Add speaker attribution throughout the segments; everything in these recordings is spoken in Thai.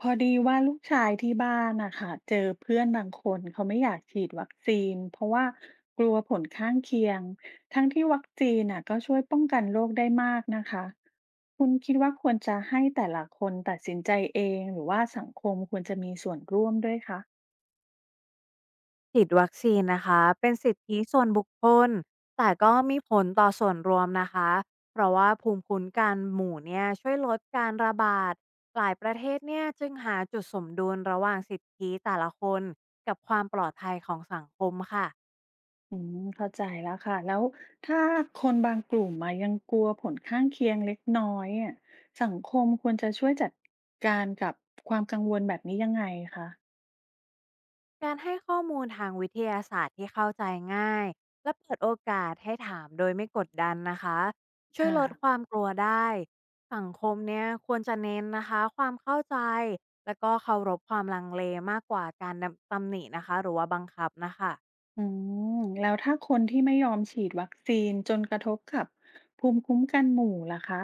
Speaker 1: พอดีว่าลูกชายที่บ้านนะคะเจอเพื่อนบางคนเขาไม่อยากฉีดวัคซีนเพราะว่ากลัวผลข้างเคียงทั้งที่วัคซีนน่ะก็ช่วยป้องกันโรคได้มากนะคะคุณคิดว่าควรจะให้แต่ละคนตัดสินใจเองหรือว่าสังคมควรจะมีส่วนร่วมด้วยคะ
Speaker 2: ฉีดวัคซีนนะคะเป็นสิทธิส่วนบุคคลแต่ก็มีผลต่อส่วนรวมนะคะเพราะว่าภูมิคุ้มกันหมู่เนี่ยช่วยลดการระบาดหลายประเทศเนี่ยจึงหาจุดสมดุลระหว่างสิทธิแต่ละคนกับความปลอดภัยของสังคมค่ะ
Speaker 1: อืมเข้าใจแล้วค่ะแล้วถ้าคนบางกลุ่มมายังกลัวผลข้างเคียงเล็กน้อยอะสังคมควรจะช่วยจัดการกับความกังวลแบบนี้ยังไงคะ
Speaker 2: การให้ข้อมูลทางวิทยาศาสตร์ที่เข้าใจง่ายและเปิดโอกาสให้ถามโดยไม่กดดันนะคะช่วย
Speaker 1: ค่ะ
Speaker 2: ลดความกลัวได้สังคมเนี่ยควรจะเน้นนะคะความเข้าใจและก็เคารพความลังเลมากกว่าการตำหนินะคะหรือว่าบังคับนะคะ
Speaker 1: อืมแล้วถ้าคนที่ไม่ยอมฉีดวัคซีนจนกระทบกับภูมิคุ้มกันหมู่ล่ะคะ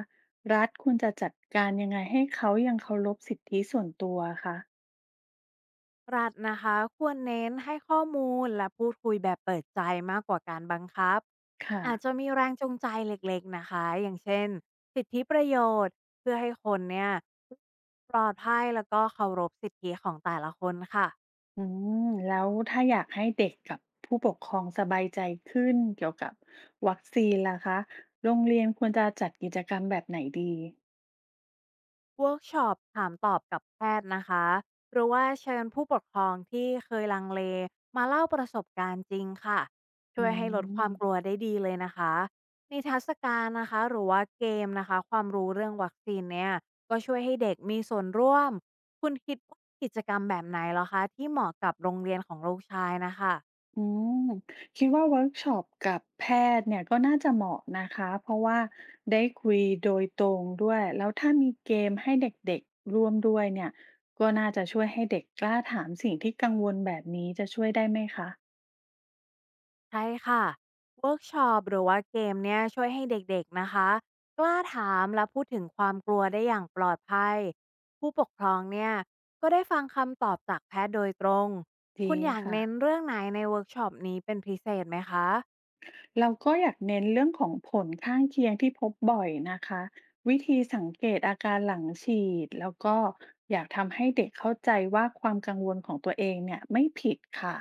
Speaker 1: รัฐควรจะจัดการยังไงให้เขายังเคารพสิทธิส่วนตัวคะ
Speaker 2: รัฐนะคะควรเน้นให้ข้อมูลและพูดคุยแบบเปิดใจมากกว่าการบังคับ
Speaker 1: ค่ะ
Speaker 2: อาจจะมีแรงจูงใจเล็กๆนะคะอย่างเช่นสิทธิประโยชน์เพื่อให้คนเนี่ยปลอดภัยแล้วก็เคารพสิทธิของแต่ละคนค่ะ
Speaker 1: อืมแล้วถ้าอยากให้เด็กกับผู้ปกครองสบายใจขึ้นเกี่ยวกับวัคซีนล่ะคะโรงเรียนควรจะจัดกิจกรรมแบบไหนดี
Speaker 2: เวิร์กช็อปถามตอบกับแพทย์นะคะหรือว่าเชิญผู้ปกครองที่เคยลังเลมาเล่าประสบการณ์จริงค่ะ
Speaker 1: อื
Speaker 2: ช่วยให้ลดค
Speaker 1: ม
Speaker 2: วามกลัวได้ดีเลยนะคะนิทรรศการนะคะหรือว่าเกมนะคะความรู้เรื่องวัคซีนเนี่ยก็ช่วยให้เด็กมีส่วนร่วมคุณคิดว่ากิจกรรมแบบไหนเหรอคะที่เหมาะกับโรงเรียนของลูกชายนะคะ
Speaker 1: อืมคิดว่าเวิร์กช็อปกับแพทย์เนี่ยก็น่าจะเหมาะนะคะเพราะว่าได้คุยโดยตรงด้วยแล้วถ้ามีเกมให้เด็กๆร่วมด้วยเนี่ยก็น่าจะช่วยให้เด็กกล้าถามสิ่งที่กังวลแบบนี้จะช่วยได้ไหมคะ
Speaker 2: ใช่ค่ะเวิร์กช็อปหรือว่าเกมเนี่ยช่วยให้เด็กๆนะคะกล้าถามและพูดถึงความกลัวได้อย่างปลอดภัย ผู้ปกครองเนี่ยก็ได้ฟังคำตอบจากแพทย์โดยตรง คุ
Speaker 1: ดี
Speaker 2: ณอยาก
Speaker 1: ค่ะ
Speaker 2: เน้นเรื่องไหนในเวิร์กช็อปนี้เป็นพิเศษไหมคะ
Speaker 1: เราก็อยากเน้นเรื่องของผลข้างเคียงที่พบบ่อยนะคะวิธีสังเกตอาการหลังฉีดแล้วก็อยากทำให้เด็กเข้าใจว่าความกังวลของตัวเองเนี่ยไม่ผิดค่ะ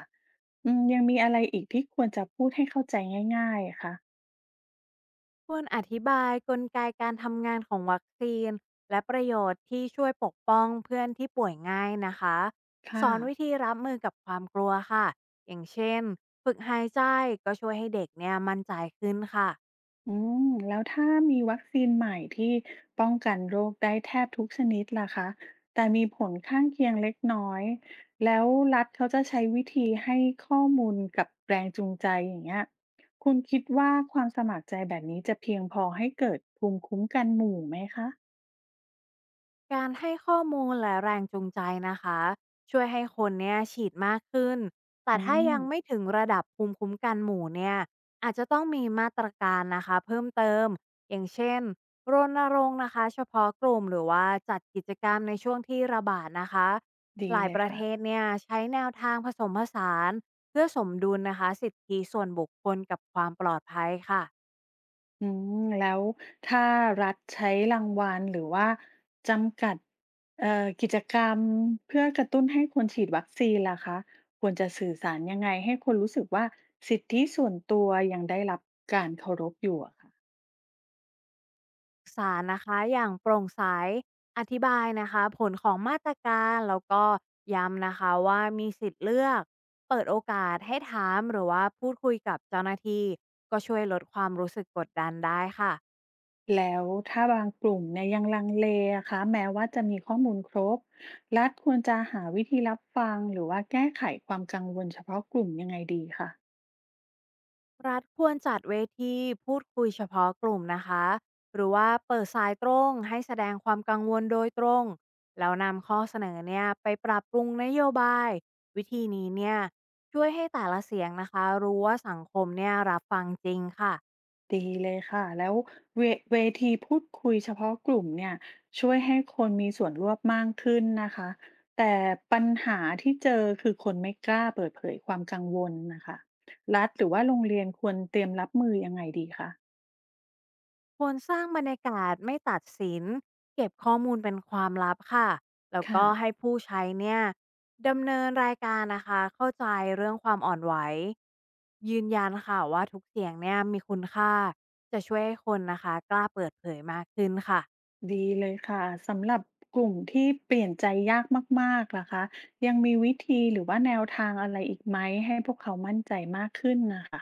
Speaker 1: อืมยังมีอะไรอีกที่ควรจะพูดให้เข้าใจง่ายๆอะคะ
Speaker 2: ควรอธิบายกลไกการทำงานของวัคซีนและประโยชน์ที่ช่วยปกป้องเพื่อนที่ป่วยง่ายนะคะส
Speaker 1: ค่ะ
Speaker 2: อนวิธีรับมือกับความกลัวค่ะอย่างเช่นฝึกหายใจก็ช่วยให้เด็กเนี่ยมั่นใจขึ้นค่ะ
Speaker 1: อืมแล้วถ้ามีวัคซีนใหม่ที่ป้องกันโรคได้แทบทุกชนิดล่ะคะแต่มีผลข้างเคียงเล็กน้อยแล้วรัฐเขาจะใช้วิธีให้ข้อมูลกับแรงจูงใจอย่างเงี้ยคุณคิดว่าความสมัครใจแบบนี้จะเพียงพอให้เกิดภูมิคุ้มกันหมู่ไหมคะ
Speaker 2: การให้ข้อมูลและแรงจูงใจนะคะช่วยให้คนเนี่ยฉีดมากขึ้นแต่
Speaker 1: อื
Speaker 2: ถ้า
Speaker 1: ม
Speaker 2: ยังไม่ถึงระดับภูมิคุ้มกันหมู่เนี่ยอาจจะต้องมีมาตรการนะคะเพิ่มเติมอย่างเช่นรณรงค์นะคะเฉพาะกลุ่มหรือว่าจัดกิจกรรมในช่วงที่ระบาดนะคะ
Speaker 1: ดี
Speaker 2: หลาย
Speaker 1: เล
Speaker 2: ป
Speaker 1: ย
Speaker 2: ระ
Speaker 1: ค่ะ
Speaker 2: เทศเนี่ยใช้แนวทางผสมผสานเพื่อสมดุลนะคะสิทธิส่วนบุคคลกับความปลอดภัยค่ะ
Speaker 1: อืมแล้วถ้ารัฐใช้รางวัลหรือว่าจำกัดกิจกรรมเพื่อกระตุ้นให้คนฉีดวัคซีนล่ะคะควรจะสื่อสารยังไงให้คนรู้สึกว่าสิทธิส่วนตัวยังได้รับการเคารพอยู่อะค่ะ
Speaker 2: สารนะคะอย่างโปร่งใสอธิบายนะคะผลของมาตรการแล้วก็ย้ำนะคะว่ามีสิทธิ์เลือกเปิดโอกาสให้ถามหรือว่าพูดคุยกับเจ้าหน้าที่ก็ช่วยลดความรู้สึกกดดันได้ค่ะ
Speaker 1: แล้วถ้าบางกลุ่มเนี่ยยังลังเลอะคะแม้ว่าจะมีข้อมูลครบรัฐควรจะหาวิธีรับฟังหรือว่าแก้ไขความกังวลเฉพาะกลุ่มยังไงดีคะ
Speaker 2: รัฐควรจัดเวทีพูดคุยเฉพาะกลุ่มนะคะหรือว่าเปิดสายตรงให้แสดงความกังวลโดยตรงแล้วนำข้อเสนอเนี่ยไปปรับปรุงนโยบายวิธีนี้เนี่ยช่วยให้แต่ละเสียงนะคะรู้ว่าสังคมเนี่ยรับฟังจริงค่ะ
Speaker 1: ดีเลยค่ะแล้วเวเวทีพูดคุยเฉพาะกลุ่มเนี่ยช่วยให้คนมีส่วนร่วมมากขึ้นนะคะแต่ปัญหาที่เจอคือคนไม่กล้าเปิดเผยความกังวลนะคะรัฐหรือว่าโรงเรียนควรเตรียมรับมือยังไงดีคะ
Speaker 2: ควรสร้างบรรยากาศไม่ตัดสินเก็บข้อมูลเป็นความลับค่ะแล้ว
Speaker 1: ค่ะ
Speaker 2: ก็ให้ผู้ใช้เนี่ยดำเนินรายการนะคะเข้าใจเรื่องความอ่อนไหวยืนยันค่ะว่าทุกเสียงเนี่ยมีคุณค่าจะช่วยให้คนนะคะกล้าเปิดเผยมากขึ้นค่ะ
Speaker 1: ดีเลยค่ะสำหรับกลุ่มที่เปลี่ยนใจยากมากๆล่ะคะยังมีวิธีหรือว่าแนวทางอะไรอีกไหมให้พวกเขามั่นใจมากขึ้นนะคะ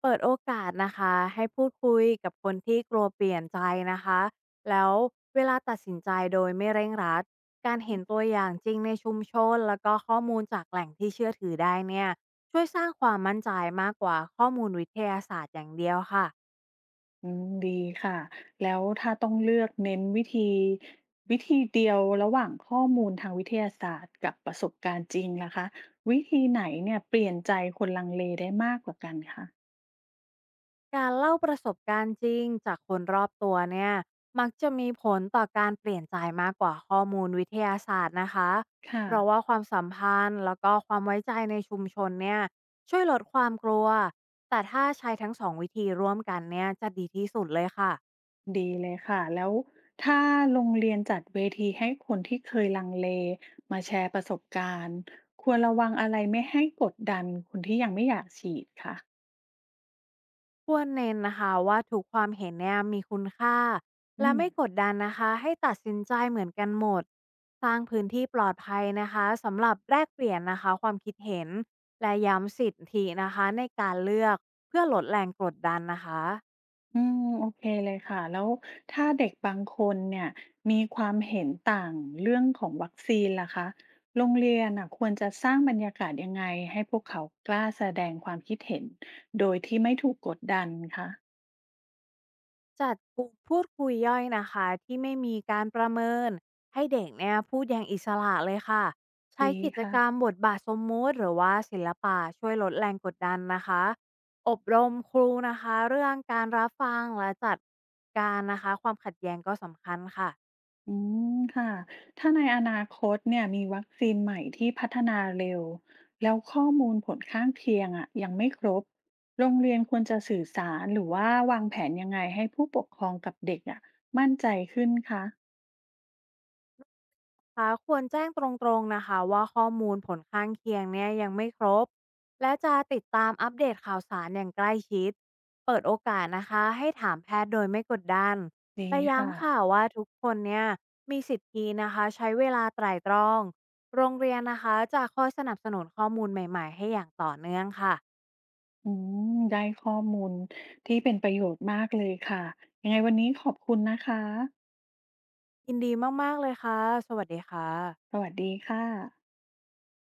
Speaker 2: เปิดโอกาสนะคะให้พูดคุยกับคนที่กลัวเปลี่ยนใจนะคะแล้วเวลาตัดสินใจโดยไม่เร่งรัดการเห็นตัวอย่างจริงในชุมชนแล้วก็ข้อมูลจากแหล่งที่เชื่อถือได้เนี่ยช่วยสร้างความมั่นใจมากกว่าข้อมูลวิทยาศาสตร์อย่างเดียวค่ะ
Speaker 1: อืมดีค่ะแล้วถ้าต้องเลือกเน้นวิธีเดียวระหว่างข้อมูลทางวิทยาศาสตร์กับประสบการณ์จริงล่ะคะวิธีไหนเนี่ยเปลี่ยนใจคนลังเลได้มากกว่ากันคะ
Speaker 2: การเล่าประสบการณ์จริงจากคนรอบตัวเนี่ยมักจะมีผลต่อการเปลี่ยนใจมากกว่าข้อมูลวิทยาศาสตร์นะคะ
Speaker 1: ค่ะ
Speaker 2: เพราะว่าความสัมพันธ์แล้วก็ความไว้ใจในชุมชนเนี่ยช่วยลดความกลัวแต่ถ้าใช้ทั้งสองวิธีร่วมกันเนี่ยจะดีที่สุดเลยค่ะ
Speaker 1: ดีเลยค่ะแล้วถ้าโรงเรียนจัดเวทีให้คนที่เคยลังเลมาแชร์ประสบการณ์ควรระวังอะไรไม่ให้กดดันคนที่ยังไม่อยากฉีดคะ
Speaker 2: ควรเน้นนะคะว่าทุกความเห็นเนี่ยมีคุณค่า
Speaker 1: อื
Speaker 2: และ
Speaker 1: ม
Speaker 2: ไม่กดดันนะคะให้ตัดสินใจเหมือนกันหมดสร้างพื้นที่ปลอดภัยนะคะสำหรับแลกเปลี่ยนนะคะความคิดเห็นและย้ำสิทธินะคะในการเลือกเพื่อลดแรงกดดันนะคะ
Speaker 1: อืมโอเคเลยค่ะแล้วถ้าเด็กบางคนเนี่ยมีความเห็นต่างเรื่องของวัคซีนล่ะคะโรงเรียนน่ะควรจะสร้างบรรยากาศยังไงให้พวกเขากล้าแสดงความคิดเห็นโดยที่ไม่ถูกกดดันคะ
Speaker 2: จัดกลุ่มพูดคุยย่อยนะคะที่ไม่มีการประเมินให้เด็กเนี่ยพูดอย่างอิสระเลยค่ะใช้
Speaker 1: ดี
Speaker 2: กิจ
Speaker 1: ค่ะ
Speaker 2: กรรมบทบาทสมมุติหรือว่าศิลปะช่วยลดแรงกดดันนะคะอบรมครูนะคะเรื่องการรับฟังและจัดการนะคะความขัดแย้งก็สำคัญค่ะ
Speaker 1: อืมค่ะถ้าในอนาคตเนี่ยมีวัคซีนใหม่ที่พัฒนาเร็วแล้วข้อมูลผลข้างเคียงอะยังไม่ครบโรงเรียนควรจะสื่อสารหรือว่าวางแผนยังไงให้ผู้ปกครองกับเด็กอะมั่นใจขึ้นคะ
Speaker 2: คะควรแจ้งตรงๆนะคะว่าข้อมูลผลข้างเคียงเนี่ยยังไม่ครบและจะติดตามอัปเดตข่าวสารอย่างใกล้ชิดเปิดโอกาสนะคะให้ถามแพทย์โดยไม่กดดัน
Speaker 1: ดี
Speaker 2: และ
Speaker 1: ค่ะ
Speaker 2: ย้ำค่ะว่าทุกคนเนี่ยมีสิทธินะคะใช้เวลาไตร่ตรองโรงเรียนนะคะจะคอยสนับสนุนข้อมูลใหม่ๆให้อย่างต่อเนื่องค่ะ
Speaker 1: อืมได้ข้อมูลที่เป็นประโยชน์มากเลยค่ะยังไงวันนี้ขอบคุณนะคะ
Speaker 2: ยินดีมากๆเลยค่ะสวัสดีค่ะ
Speaker 1: สวัสดีค่ะ